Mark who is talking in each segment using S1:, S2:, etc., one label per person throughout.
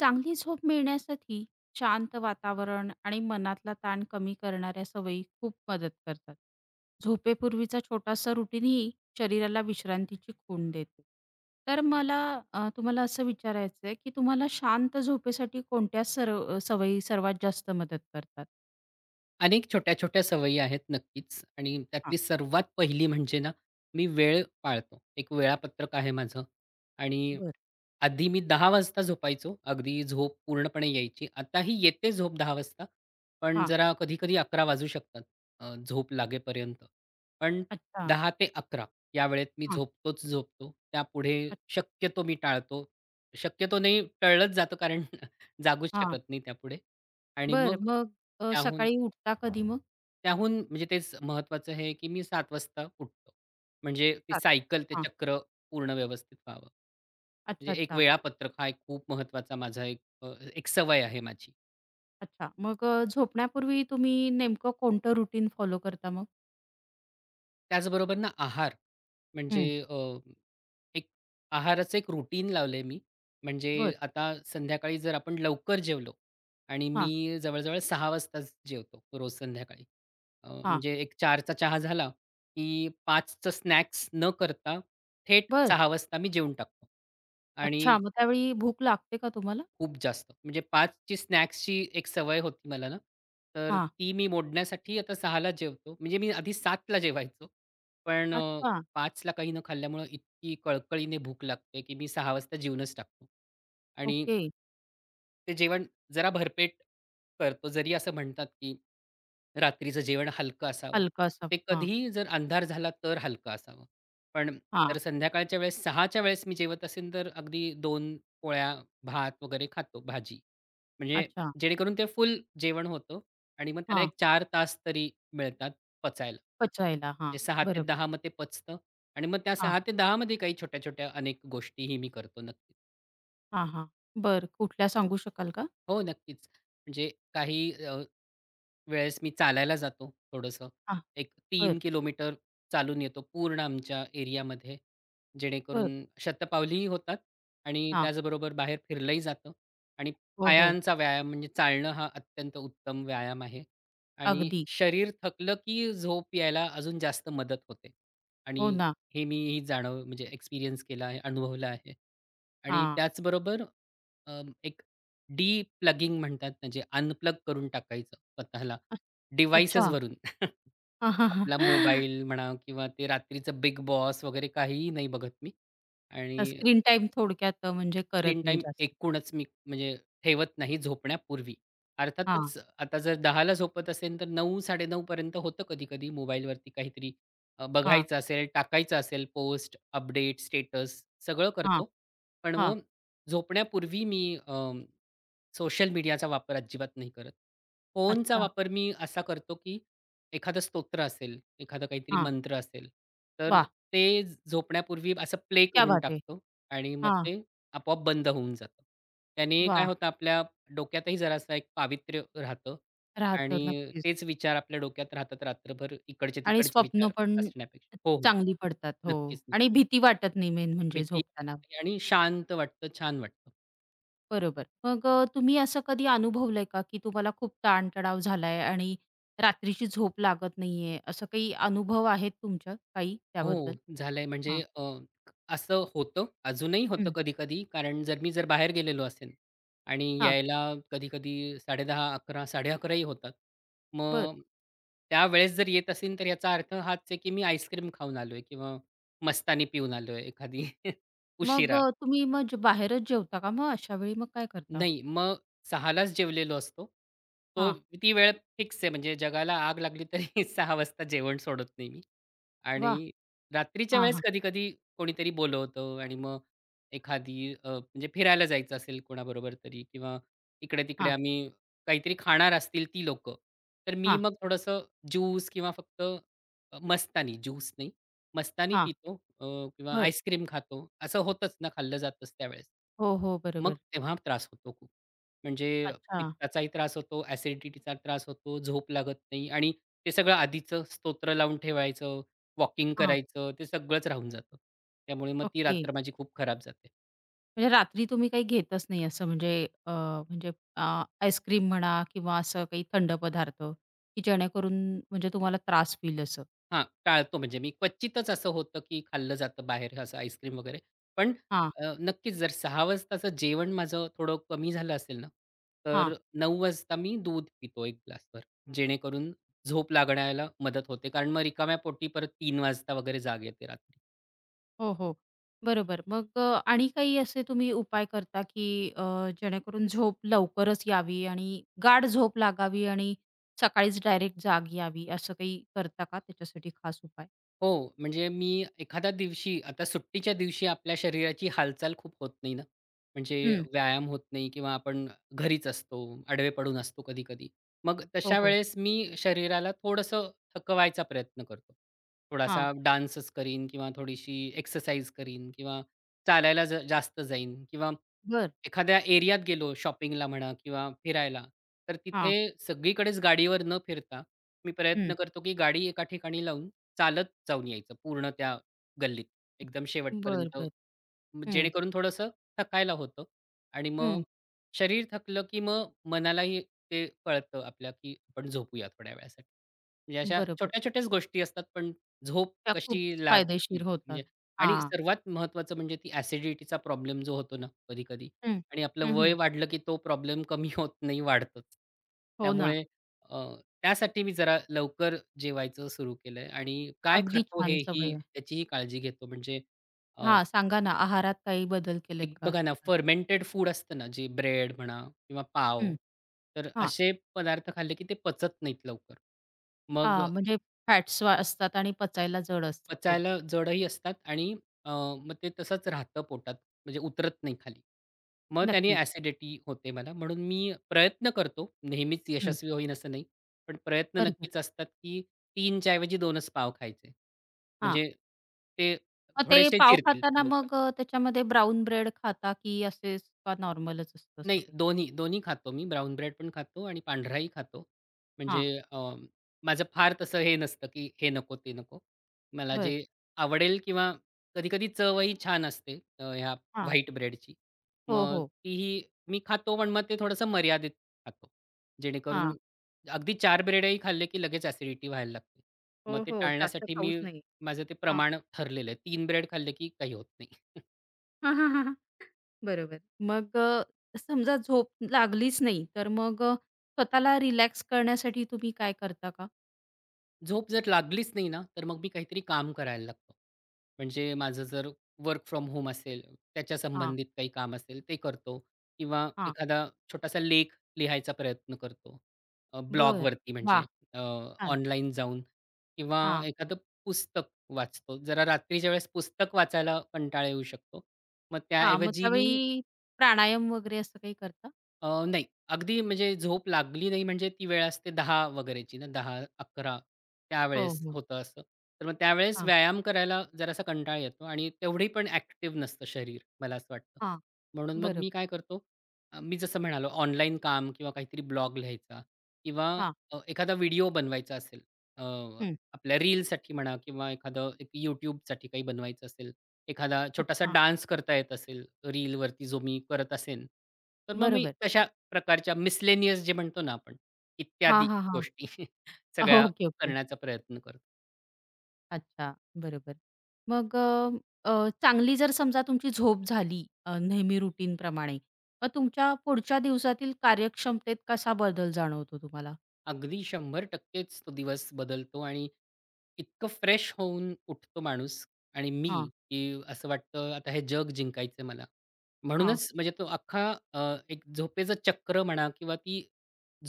S1: चांगली झोप मिळण्यासाठी शांत वातावरण आणि मनातला ताण कमी करणाऱ्या सवयी खूप मदत करतात. झोपेपूर्वीचा छोटासा रुटीनही शरीराला विश्रांतीची खूण देते. तर मला तुम्हाला असं विचारायचं आहे, की तुम्हाला शांत झोपेसाठी कोणत्या सर्व सवयी सर्वात जास्त मदत करतात?
S2: अनेक छोट्या-छोट्या सवयी आहेत नक्कीच आणि
S1: हां.
S2: त्यातली सर्वात पहिली म्हणजे ना, मी वेळ पाळतो. एक वेळापत्रक आहे माझं आणि
S1: बरं.
S2: आधी मी 10:00 वाजता झोपायचो. अगदी झोप पूर्णपणे यायची. आताही येते झोप 10:00 वाजता, पण
S1: हां.
S2: जरा कधी-कधी 11:00 वाजू शकतात झोप लागेपर्यंत. पण
S1: अच्छा.
S2: 10:00 ते 11:00 या वेळेत मी
S1: हां.
S2: झोपतोच झोपतो. त्यापुढे
S1: अच्छा.
S2: शक्यतो मी टाळतो. शक्यतो नाही, टळलंच जातं कारण जागूच
S1: हां.
S2: शकत नाही त्यापुढे आणि
S1: बरं
S2: मग
S1: मग
S2: त्याहून
S1: सकाळी उठता कधी मग?
S2: त्याहून म्हणजे तेच महत्त्वाचं हे, की मी 7:00 वाजता उठतो. म्हणजे ती
S1: 7.
S2: सायकल ते
S1: हां.
S2: चक्र पूर्ण व्यवस्थित व्हावं. म्हणजे
S1: अच्छा,
S2: एक
S1: अच्छा.
S2: वेळापत्रक हा एक खूप महत्वाचा माझा एक एक सवय आहे माझी.
S1: अच्छा. मग झोपण्यापूर्वी तुम्ही नेमकं कोणतं रुटीन फॉलो करता मग?
S2: त्याचबरोबर ना आहार म्हणजे
S1: हं.
S2: अ, एक आहाराचं एक रूटीन लावलंय मी. म्हणजे
S1: बर
S2: आता संध्याकाळी जर आपण लवकर जेवलो आणि
S1: हां,
S2: मी जवळ-जवळ सहा वाजताच जेवतो रोज संध्याकाळी.
S1: हां.
S2: म्हणजे एक 4चा चहा झाला, की 5चं स्नॅक्स न करता थेट
S1: बरं.
S2: 6 वाजता मी जेवून टाकतो.
S1: अच्छा.
S2: आणि
S1: मग त्यावेळी भूक लागते का तुम्हाला?
S2: खूप जास्त म्हणजे 5ची स्नॅक्सची एक सवय होती मला ना, तर
S1: हां.
S2: ती मी मोडण्यासाठी आता 6ला जेवतो. म्हणजे मी आधी 7ला जेवायचो. पण
S1: अच्छा.
S2: 5ला काही न खाल्ल्यामुळं इतकी कळकळीने भूक लागते, की मी 6 वाजता जेवूनच टाकतो. आणि
S1: ओके.
S2: ते जेवण जरा भरपेट करतो. जरी असं म्हणतात, की रात्रीचं जेवण हलकं असावं.
S1: हलकं
S2: ते
S1: असावं. हां,
S2: कधीही जर अंधार झाला तर हलकं असावं. पण
S1: हां.
S2: जर संध्याकाळच्या वेळेस 6 च्या वेळेस मी जेवत असेल, तर अगदी 2 पोळ्या, भात वगैरे खातो, भाजी. म्हणजे
S1: अच्छा.
S2: जेणेकरून ते फुल जेवण होतं आणि मग त्याला
S1: हां.
S2: एक 4 तास तरी मिळतात पचायला.
S1: पचायला. हां.
S2: ते 6 ते
S1: बरोबर.
S2: 10 मग ते पचतं आणि मग त्या
S1: हां,
S2: 6 ते 10 मध्ये काही छोट्या-छोट्या अनेक गोष्टीही मी करतो नक्कीच.
S1: हां, हां. बरं. कुठल्या सांगू शकाल का?
S2: हो, नक्कीच. म्हणजे काही वेळेस मी चालायला जातो थोडंसं.
S1: हां.
S2: एक
S1: बरं,
S2: तीन किलोमीटर चालून येतो पूर्ण आमच्या एरियामध्ये. जेणेकरून
S1: बरं.
S2: शतपावलीही होतात आणि
S1: हां.
S2: त्याचबरोबर बाहेर फिरलंही जातं आणि
S1: हो, हो.
S2: पायांचा व्यायाम म्हणजे चालणं हा अत्यंत उत्तम व्यायाम आहे आणि
S1: अगदी.
S2: शरीर थकलं की झोप यायला अजून जास्त मदत होते आणि
S1: हो ना.
S2: हे मीही जाणव म्हणजे एक्सपिरियन्स केला आहे, अनुभवलं आहे आणि
S1: हां.
S2: त्याचबरोबर एक डी-प्लगिंग म्हणतात ना, जे अनप्लग करून टाकायचं स्वतःला
S1: अ अच्छा.
S2: डिव्हाइसेसवरून. आपला मोबाईल म्हणा किंवा ते रात्रीचं बिग बॉस वगैरे काहीही नाही बघत मी आणि
S1: स्क्रीन टाईम थोडक्यात म्हणजे करत
S2: स्क्रीन
S1: नाही
S2: टाईम
S1: जास्त.
S2: एकूणच मी म्हणजे ठेवत नाही झोपण्यापूर्वी.
S1: हां,
S2: अर्थातच आता जर दहाला ला झोपत असेल, तर 9:00-9:30 पर्यंत होतं कधी-कधी मोबाईलवरती काहीतरी
S1: हां,
S2: बघायचं असेल, टाकायचं असेल पोस्ट, अपडेट, स्टेटस सगळं
S1: हां,
S2: करतो. पण
S1: हां.
S2: मग झोपण्यापूर्वी मी सोशल मीडियाचा वापर अजिबात नाही करत. फोनचा
S1: अच्छा.
S2: वापर मी असा करतो, की एखादं स्तोत्र असेल, एखादं काहीतरी
S1: हां,
S2: मंत्र असेल, तर
S1: वाह!
S2: ते झोपण्यापूर्वी असं प्ले
S1: क्या
S2: करून
S1: बात है!
S2: टाकतो आणि मग
S1: हां,
S2: ते आपोआप बंद होऊन जातं. त्याने काय
S1: वाह!
S2: होतं आपल्या डोक्यातही जरासा एक पावित्र्य राहतं
S1: राहतं
S2: आणि
S1: नक्कीच
S2: तेच विचार आपल्या डोक्यात राहतात रात्रभर
S1: आणि
S2: इकडचे-तिकडचे
S1: स्वप्न
S2: विचार
S1: पण
S2: असण्यापेक्षा. हो, हो.
S1: चांगली पडतात. हो
S2: नक्कीच, नक्कीच.
S1: आणि भीती वाटत नाही मेन म्हणजे
S2: भीती
S1: झोपताना.
S2: आणि शांत वाटतं, छान वाटतं.
S1: बरोबर. मग तुम्ही असं कधी अनुभवलंय का, की तुम्हाला खूप ताणतणाव झालाय आणि रात्रीची झोप लागत नाहीये, असं काही अनुभव आहेत तुमच्या काही त्याबद्दल?
S2: हो, झालंय म्हणजे
S1: हां,
S2: असं होतं, अजूनही होतं
S1: हं,
S2: कधी-कधी. कारण जर मी जर बाहेर गेलेलो असेन आणि
S1: हां,
S2: यायला कधी-कधी 10:30, 11, 11:30 ही होतात.
S1: बरं.
S2: मग त्यावेळेस जर येत असेल, तर याचा अर्थ हाच आहे, की मी आईस्क्रीम खाऊन आलोय किंवा मस्तानी पिऊन आलोय एखादी
S1: मग
S2: उशिरा.
S1: तुम्ही मग जे- बाहेरच जेवता का मग अशा वेळी मग काय करता?
S2: नाही, मग 6:00लाच जेवलेलो असतो. तो
S1: हां,
S2: ती वेळ फिक्स आहे म्हणजे जगाला आग लागली तरी 6:00 वाजता जेवण सोडत नाही मी.
S1: वाह!
S2: आणि रात्रीच्या
S1: हां,
S2: वेळेस
S1: हां,
S2: कधी-कधी कोणीतरी बोलवतं आणि मग एखादी म्हणजे फिरायला जायचं असेल कोणाबरोबर तरी किंवा इकडे-तिकडे
S1: हां,
S2: आम्ही काहीतरी खाणार असतील ती लोक तर मी
S1: हां,
S2: मग थोडंसं ज्यूस किंवा फक्त मस्तानी, ज्यूस नाही, मस्तानी
S1: हां,
S2: पितो अ, किंवा
S1: बरं.
S2: आईस्क्रीम खातो. असं होतंच ना, खाल्लं जातंच त्यावेळेस.
S1: हो, हो,
S2: मग
S1: बरोबर.
S2: तेव्हा त्रास होतो खूप. म्हणजे
S1: अच्छा.
S2: पित्ताचाही त्रास होतो, ॲसिडिटीचा त्रास होतो, झोप लागत नाही आणि ते सगळं आधीचं स्तोत्र लावून ठेवायचं, वॉकिंग
S1: हां,
S2: करायचं, ते सगळंच राहून जातं. त्यामुळे मग ती
S1: ओके.
S2: रात्र माझी खूप खराब जाते.
S1: म्हणजे रात्री तुम्ही काही घेतच नाही असं म्हणजे अ, म्हणजे अ, आईस्क्रीम म्हणा किंवा असं काही थंड पदार्थ, की जेणेकरून म्हणजे तुम्हाला त्रास होईल असं?
S2: हां, टाळतो म्हणजे मी क्वचितच असं होतं, की खाल्लं जातं बाहेर असं आईस्क्रीम वगैरे. पण
S1: हां,
S2: नक्कीच जर 6 वाजताचं जेवण माझं थोडं कमी झालं असेल ना, तर
S1: हां.
S2: 9 वाजता मी दूध पितो 1 ग्लासभर. जेणेकरून झोप लागण्याला मदत होते. कारण मग रिकाम्या पोटी परत तीन वाजता वगैरे जाग येते रात्री.
S1: हो, हो. बरोबर. मग आणि काही असे तुम्ही उपाय करता, की अ, जेणेकरून झोप लवकरच यावी आणि गाढ झोप लागावी आणि सकाळीच डायरेक्ट जाग यावी, असं काही करता का त्याच्यासाठी खास उपाय?
S2: हो, म्हणजे मी एखाद्या दिवशी आता सुट्टीच्या दिवशी आपल्या शरीराची हालचाल खूप होत नाही ना, म्हणजे
S1: हं.
S2: व्यायाम होत नाही किंवा आपण घरीच असतो, आडवे पडून असतो कधी-कधी. मग
S1: हो,
S2: तशा
S1: हो.
S2: वेळेस मी शरीराला थोडंसं थकवायचा प्रयत्न करतो.
S1: हां.
S2: थोडासा डान्सच करीन किंवा थोडीशी एक्सरसाइज करीन किंवा चालायला जास्त जाईन किंवा
S1: बरं.
S2: एखाद्या एरियात गेलो शॉपिंगला म्हणा किंवा फिरायला, तर तिथे
S1: हां.
S2: सगळीकडेच गाडीवर न फिरता मी
S1: हं.
S2: प्रयत्न करतो, की गाडी एका ठिकाणी लावून चालत जाऊन यायचं पूर्ण त्या गल्लीत. एकदम
S1: बरं,
S2: शेवटपर्यंत
S1: बरं. हं,
S2: जेणेकरून थोडंसं थकायला होतं आणि मग
S1: हं.
S2: शरीर थकलं, की मग मनालाही ते कळतं आपल्या, की आपण झोपूया थोड्या वेळासाठी. म्हणजे अशा
S1: बरोबर.
S2: छोट्या-छोट्याच गोष्टी असतात, पण झोप
S1: त्या खूप
S2: कशी लागतील
S1: फायदेशीर होतात.
S2: म्हणजे आणि
S1: हां.
S2: सर्वात महत्त्वाचं म्हणजे ती ॲसिडिटीचा प्रॉब्लेम जो होतो ना कधी-कधी
S1: हं.
S2: आणि आपलं
S1: हं,
S2: वय
S1: हं.
S2: वाढलं, की तो प्रॉब्लेम कमी होत नाही वाढतोच.
S1: हो ना.
S2: त्यामुळे अ, त्यासाठी मी जरा लवकर जेवायचं सुरू केलंय आणि काय
S1: अगदी
S2: खातो
S1: छान
S2: हे
S1: सवय
S2: ही
S1: आहे.
S2: त्याचीही काळजी घेतो. म्हणजे अ,
S1: हां, सांगा ना आहारात काही बदल केलेत
S2: एक
S1: का?
S2: बघा ना,
S1: असतात?
S2: फर्मेंटेड फूड असतं ना, जे ब्रेड म्हणा किंवा पाव,
S1: हं.
S2: तर
S1: हां,
S2: असे पदार्थ खाल्ले की ते पचत नाहीत लवकर. मग
S1: म्हणजे फॅट्स असतात आणि पचायला जड असतात थोडक्यात.
S2: पचायला जडही असतात आणि मग ते तसंच राहतं पोटात, म्हणजे उतरत नाही खाली. मग त्याने
S1: नक्कीच.
S2: ॲसिडिटी होते मला. म्हणून मी प्रयत्न करतो, नेहमीच
S1: हं.
S2: यशस्वी होईन असं नाही. पण प्रयत्न
S1: बरोबर.
S2: नक्कीच असतात, की 3 च्या ऐवजी 2च पाव खायचे.
S1: हां,
S2: म्हणजे ते
S1: मग ते
S2: थोडेसे
S1: पाव
S2: जिरतील
S1: खाताना
S2: लवकर.
S1: मग त्याच्यामध्ये ब्राउन ब्रेड खाता की असेच का नॉर्मलच असतं असं
S2: नाही
S1: काही?
S2: दोन्ही खातो मी. ब्राउन ब्रेड पण खातो आणि पांढराही खातो. म्हणजे
S1: हां,
S2: अ, माझं फार तसं हे नसतं, की हे नको, ते नको. मला
S1: बरं.
S2: जे आवडेल किंवा कधी-कधी चवही छान असते ह्या
S1: हां.
S2: व्हाईट ब्रेडची.
S1: हो,
S2: मग
S1: हो.
S2: तीही मी खातो, पण मग ते थोडंसं मर्यादित खातो.
S1: हां.
S2: जेणेकरून अगदी 4 ब्रेडही खाल्ले, की लगेच ॲसिडिटी व्हायला लागते. मग
S1: हो,
S2: ते
S1: हो. जास्त
S2: टाळण्यासाठी मी
S1: खाऊच नाही.
S2: माझं ते
S1: हां.
S2: प्रमाण ठरलेलं आहे. 3 ब्रेड खाल्ले, की काही होत नाही.
S1: बरोबर. मग समजा झोप लागलीच नाही, तर मग स्वतःला रिलॅक्स करण्यासाठी तुम्ही काय करता का?
S2: झोप जर लागलीच नाही ना, तर मग मी काहीतरी काम करायला लागतो. म्हणजे माझं जर वर्क फ्रॉम होम असेल, त्याच्या
S1: हां,
S2: संबंधित काही काम असेल ते करतो किंवा
S1: हां.
S2: एखादा छोटासा लेख लिहायचा प्रयत्न करतो.
S1: बरं.
S2: ब्लॉगवरती
S1: वाह!
S2: म्हणजे अ,
S1: छान.
S2: ऑनलाईन जाऊन किंवा
S1: हां,
S2: एखादं पुस्तक वाचतो. जरा रात्रीच्या वेळेस पुस्तक वाचायला कंटाळा येऊ शकतो. मग
S1: हां. मग
S2: त्याऐवजी मी
S1: त्यावेळी प्राणायाम वगैरे असं काही करता?
S2: नाही. अगदी म्हणजे झोप लागली नाही म्हणजे ती वेळ असते 10 वगैरेची ना 10-11
S1: हो,
S2: त्यावेळेस
S1: हो.
S2: होतं असं. तर मग त्यावेळेस
S1: हां,
S2: व्यायाम करायला जरासा कंटाळा येतो आणि तेवढी पण ॲक्टिव्ह नसतं शरीर, मला असं वाटतं.
S1: हां.
S2: म्हणून मग मी
S1: बरोबर.
S2: काय करतो, मी जसं म्हणालो ऑनलाईन काम किंवा काहीतरी ब्लॉग लिहायचा किंवा
S1: हां.
S2: एखादा व्हिडिओ बनवायचा असेल, अ,
S1: हं.
S2: आपल्या रीलसाठी म्हणा किंवा एखादं एक YouTubeसाठी काही बनवायचं असेल, एखादा छोटासा
S1: अच्छा.
S2: डान्स करता येत असेल रीलवरती जो मी करत असेन, तर मग मी
S1: बरोबर.
S2: तशा प्रकारच्या मिसलेनियस जे म्हणतो ना आपण,
S1: हां,
S2: इत्यादी
S1: हां, हां.
S2: गोष्टी
S1: हो,
S2: सगळ्या
S1: ओके, ओके.
S2: करण्याचा प्रयत्न करतो.
S1: अच्छा, बरोबर. मग अ, अ, चांगली जर समजा तुमची झोप झाली नेहमी रुटीनप्रमाणे, मग तुमच्या पुढच्या दिवसातील कार्यक्षमतेत कसा बदल जाणवतो तुम्हाला?
S2: अगदी 100% च तो दिवस बदलतो आणि इतकं फ्रेश होऊन उठतो माणूस आणि मी,
S1: हां,
S2: की असं वाटतं आता हे जग जिंकायचंय मला.
S1: हां,
S2: म्हणूनच म्हणजे तो अख्खा अ, एक झोपेचं चक्र म्हणा किंवा ती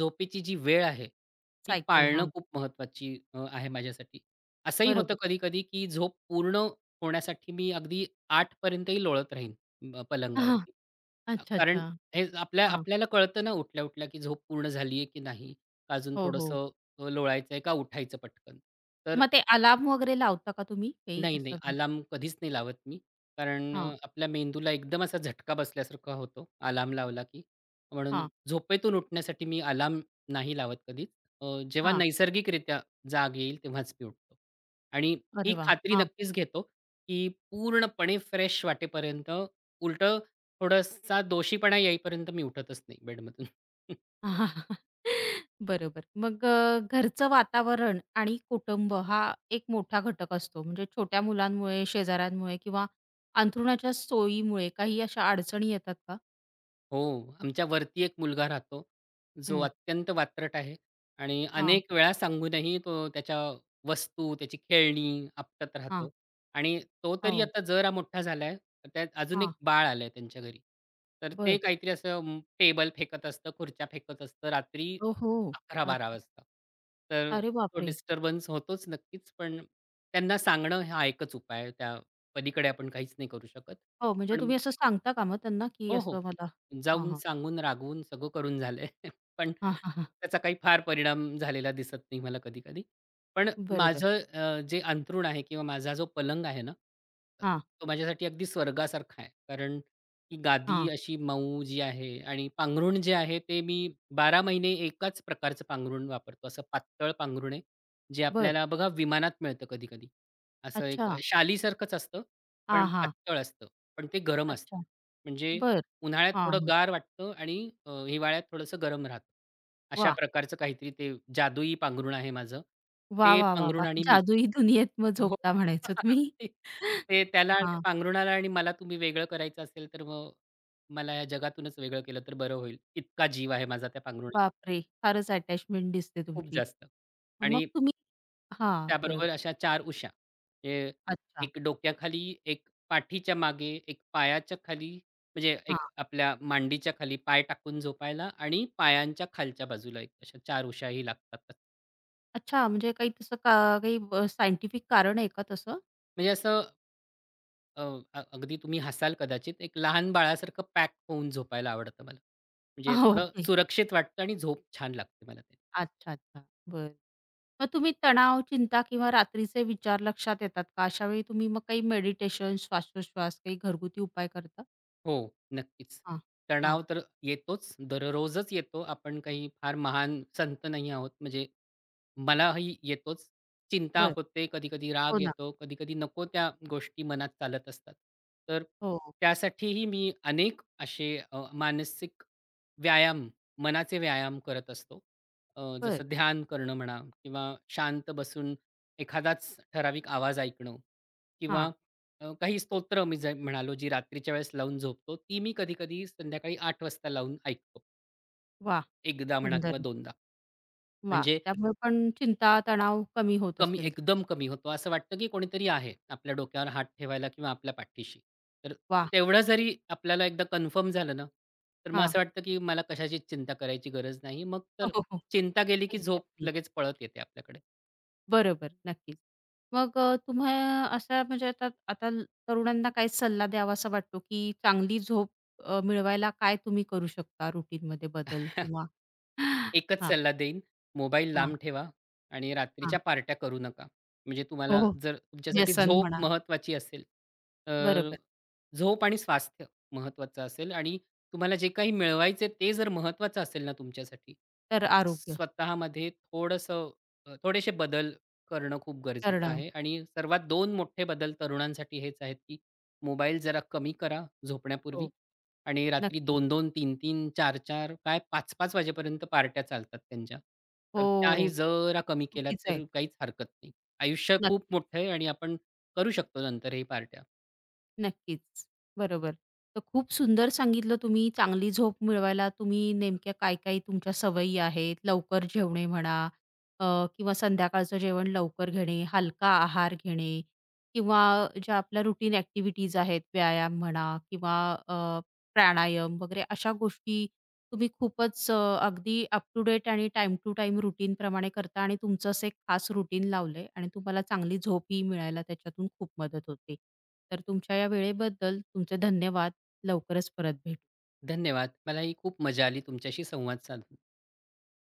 S2: झोपेची जी वेळ आहे, ती
S1: सायकल.
S2: पाळणं
S1: हां,
S2: खूप महत्वाची आहे माझ्यासाठी. असंही होतं
S1: बरोबर.
S2: कधी-कधी, की झोप पूर्ण होण्यासाठी मी अगदी 8 पर्यंतही लोळत राहीन
S1: हां,
S2: पलंगावरती.
S1: अच्छा,
S2: कारण
S1: अच्छा.
S2: हे आपल्या
S1: हां,
S2: आपल्याला कळतं ना उठल्या-उठल्या, की झोप पूर्ण झाली की नाही. अजून
S1: हो, हो.
S2: थोडंसं लोळायचं आहे का उठायचं पटकन. तर
S1: मग ते अलार्म वगैरे लावता का तुम्ही? काही
S2: नाही
S1: असं म्हणजे
S2: अलार्म कधीच नाही लावत मी. कारण
S1: हां,
S2: आपल्या मेंदूला एकदम असा झटका बसल्यासारखा होतो अलार्म लावला की. म्हणून
S1: हां,
S2: झोपेतून उठण्यासाठी मी अलार्म नाही लावत कधीच. अ, जेव्हा
S1: हां.
S2: नैसर्गिकरित्या जाग येईल तेव्हाच मी उठतो. आणि ही
S1: अरे वाह!
S2: खात्री नक्कीच घेतो, की पूर्णपणे फ्रेश वाटेपर्यंत उलटं थोडासा दोषीपणा येईपर्यंत मी उठतच नाही बेडमधून.
S1: आहाहा. बरोबर. मग घरचं वातावरण आणि कुटुंब हा एक मोठा घटक असतो. म्हणजे छोट्या मुलांमुळे, शेजाऱ्यांमुळे किंवा अंथरुणाच्या सोयीमुळे काही अशा अडचणी येतात का?
S2: हो. आमच्या वरती एक मुलगा राहतो, जो
S1: हं.
S2: अत्यंत वात्रट आहे आणि
S1: हां,
S2: अनेक वेळा सांगूनही तो त्याच्या वस्तू, त्याची खेळणी आपटत
S1: हां.
S2: राहतो आणि तो तरी
S1: हो.
S2: आता जरा मोठा झालाय. तर त्यात अजून एक
S1: हां.
S2: बाळ आलंय त्यांच्या घरी. तर ते
S1: बरं.
S2: काहीतरी असं टेबल फेकत असतं, खुर्च्या फेकत असतं रात्री
S1: ओ हो.
S2: 11-12
S1: अच्छा.
S2: वाजता. तर
S1: अरे
S2: तो
S1: बापरे!
S2: डिस्टर्बन्स होतोच नक्कीच, पण त्यांना सांगणं हा एकच उपाय आहे. त्या पलीकडे आपण काहीच नाही करू शकत.
S1: हो, म्हणजे
S2: पण
S1: तुम्ही असं सांगता का मग त्यांना, की
S2: हो, हो.
S1: असं मला हां,
S2: जाऊन
S1: हां.
S2: सांगून, रागवून सगळं करून झालंय. पण
S1: हां, हां, हां.
S2: त्याचा काही फार परिणाम झालेला दिसत नाही मला कधी-कधी. पण
S1: बरोबर.
S2: माझं जे अंथरूण आहे किंवा माझा जो पलंग आहे ना,
S1: हां,
S2: तो माझ्यासाठी अगदी स्वर्गासारखा आहे. कारण ती गादी
S1: हां.
S2: अशी मऊ जी आहे आणि पांघरूण जे आहे ते मी 12 महिने एकाच प्रकारचं पांघरूण वापरतो. असं पातळ पांघरूण आहे, जे
S1: बरं.
S2: आपल्याला बघा विमानात मिळतं कधी-कधी. असं एक
S1: अच्छा.
S2: शालीसारखंच असतं, पण
S1: हां, हां.
S2: पातळ असतं. पण ते गरम असतं.
S1: अच्छा.
S2: म्हणजे
S1: बरं.
S2: उन्हाळ्यात
S1: हां,
S2: थोडं
S1: हां.
S2: गार वाटतं आणि हिवाळ्यात थोडंसं गरम राहतं. अशा
S1: वाह!
S2: प्रकारचं काहीतरी ते जादुई पांघरुण आहे माझं.
S1: वा
S2: ते
S1: वा वा
S2: पांघरुण
S1: वाह!
S2: आणि मी.
S1: जादुई दुनियेत मग
S2: हो.
S1: झोपता म्हणायचं तुम्ही.
S2: ते त्याला ते
S1: हां,
S2: पांघरुणाला आणि मला तुम्ही वेगळं करायचं असेल, तर मग मला या जगातूनच वेगळं केलं तर बरं होईल. इतका जीव आहे माझा त्या पांघरुणात
S1: बापरे! फारच अटॅचमेंट दिसते
S2: खूप
S1: तुमची.
S2: जास्त
S1: मग
S2: आणि
S1: तुम्ही हां, बरोबर.
S2: त्याबरोबर अशा 4 उश्या. म्हणजे
S1: अच्छा.
S2: एक डोक्याखाली, एक पाठीच्या मागे, एक पायाच्या खाली, म्हणजे एक
S1: हां.
S2: आपल्या मांडीच्या खाली पाय टाकून झोपायला आणि पायांच्या खालच्या बाजूला एक अशा 4 उशाही लागतात.
S1: अच्छा म्हणजे काही तसं का काही सायंटिफिक कारण आहे का तसं?
S2: म्हणजे असं अ, अ, अगदी तुम्ही हसाल कदाचित. एक लहान बाळासारखं पॅक होऊन झोपायला आवडतं मला. म्हणजे
S1: हां,
S2: थोडं
S1: ओके.
S2: सुरक्षित वाटतं आणि झोप छान लागते मला त्यानी.
S1: अच्छा, अच्छा. बरं. मग तुम्ही तणाव, चिंता किंवा रात्रीचे विचार लक्षात येतात का? अशा वेळी तुम्ही मग काही मेडिटेशन, श्वासोश्वास काही घरगुती उपाय करता?
S2: हो, नक्कीच.
S1: हां, हां.
S2: तणाव तर येतोच, दररोजच येतो. आपण काही फार महान संत नाही आहोत. म्हणजे मलाही येतोच. चिंता
S1: बरं.
S2: होते, कधी-कधी
S1: हो
S2: राग
S1: ना.
S2: येतो, कधी-कधी नको त्या गोष्टी मनात चालत असतात. तर
S1: हो,
S2: त्यासाठीही मी अनेक असे मानसिक व्यायाम, मनाचे व्यायाम करत असतो.
S1: बरं.
S2: जसं ध्यान करणं म्हणा किंवा शांत बसून एखादाच ठराविक आवाज ऐकणं किंवा
S1: हां.
S2: काही स्तोत्र मी जे म्हणालो, जी रात्रीच्या वेळेस लावून झोपतो, ती मी कधी-कधी संध्याकाळी 8:00 वाजता लावून ऐकतो.
S1: वाह!
S2: एकदा म्हणा
S1: सुंदर.
S2: किंवा दोनदा.
S1: वाह!
S2: म्हणजे
S1: त्यामुळे पण चिंता, तणाव कमी होत
S2: कमी
S1: असेल
S2: एकदम
S1: थोडासा.
S2: कमी होतो. असं वाटतं की कोणीतरी आहे आपल्या डोक्यावर हात ठेवायला किंवा आपल्या पाठीशी. तर
S1: वा,
S2: तेवढं जरी आपल्याला एकदा कन्फर्म झालं ना, तर मग
S1: हां.
S2: असं वाटतं की मला कशाचीच चिंता करायची गरज नाही. मग
S1: हो,
S2: तर
S1: हो, हो.
S2: चिंता गेली की झोप
S1: एक्झॅक्टली.
S2: लगेच पळत येते आपल्याकडे.
S1: बरोबर. नक्कीच. मग अ, तुम्हा असा म्हणजे आता आता ल- तरुणांना काय सल्ला द्यावासा वाटतो, की चांगली झोप मिळवायला काय तुम्ही करू शकता रुटीनमध्ये बदल किंवा
S2: एकच
S1: हां,
S2: सल्ला देईन, मोबाईल
S1: हां,
S2: लांब ठेवा आणि
S1: हां.
S2: रात्रीच्या पार्ट्या करू नका. म्हणजे
S1: हो,
S2: तुम्हाला
S1: हो.
S2: जर तुमच्यासाठी
S1: व्यसन
S2: झोप
S1: म्हणा.
S2: महत्त्वाची असेल, तर
S1: बरोबर.
S2: झोप आणि स्वास्थ्य महत्त्वाचं असेल आणि तुम्हाला जे काही मिळवायचे ते जर महत्त्वाचं असेल ना तुमच्यासाठी,
S1: तर
S2: तर
S1: आरोग्य,
S2: स्वतःमध्ये थोडंसं थोडेसे बदल करणं खूप गरजेचं
S1: करणं.
S2: आहे आणि सर्वात 2 मोठे बदल तरुणांसाठी हेच आहेत, की मोबाईल जरा कमी करा झोपण्यापूर्वी
S1: हो.
S2: आणि रात्री
S1: नक्कीच.
S2: दोन-दोन, तीन-तीन, चार-चार, काय पाच 5 वाजेपर्यंत पार्ट्या चालतात त्यांच्या. तर त्याही
S1: हो. ते
S2: जरा कमी केल्या
S1: चुकीचं आहे.
S2: तर काहीच हरकत नाही. आयुष्य खूप
S1: नक्कीच.
S2: मोठं आहे आणि आपण करू शकतो नंतर हे पार्ट्या.
S1: नक्कीच. बरोबर. तर खूप सुंदर सांगितलं तुम्ही. चांगली झोप मिळवायला तुम्ही नेमक्या काय-काय तुमच्या सवयी आहेत. लवकर जेवणे म्हणा अ, किंवा संध्याकाळचं जेवण लवकर घेणे, हलका आहार घेणे किंवा ज्या आपल्या रुटीन ॲक्टिव्हिटीज आहेत, व्यायाम म्हणा किंवा प्राणायाम वगैरे अशा गोष्टी तुम्ही खूपच अगदी अप टू डेट आणि टाइम टू टाईम रुटीनप्रमाणे करता आणि तुमचं असं एक खास रुटीन लावलंय आणि तुम्हाला चांगली झोपही मिळायला त्याच्यातून खूप मदत होते. तर तुमच्या या वेळेबद्दल तुमचे धन्यवाद. लवकरच परत भेटू.
S2: धन्यवाद. मलाही खूप मजा आली तुमच्याशी संवाद साधून.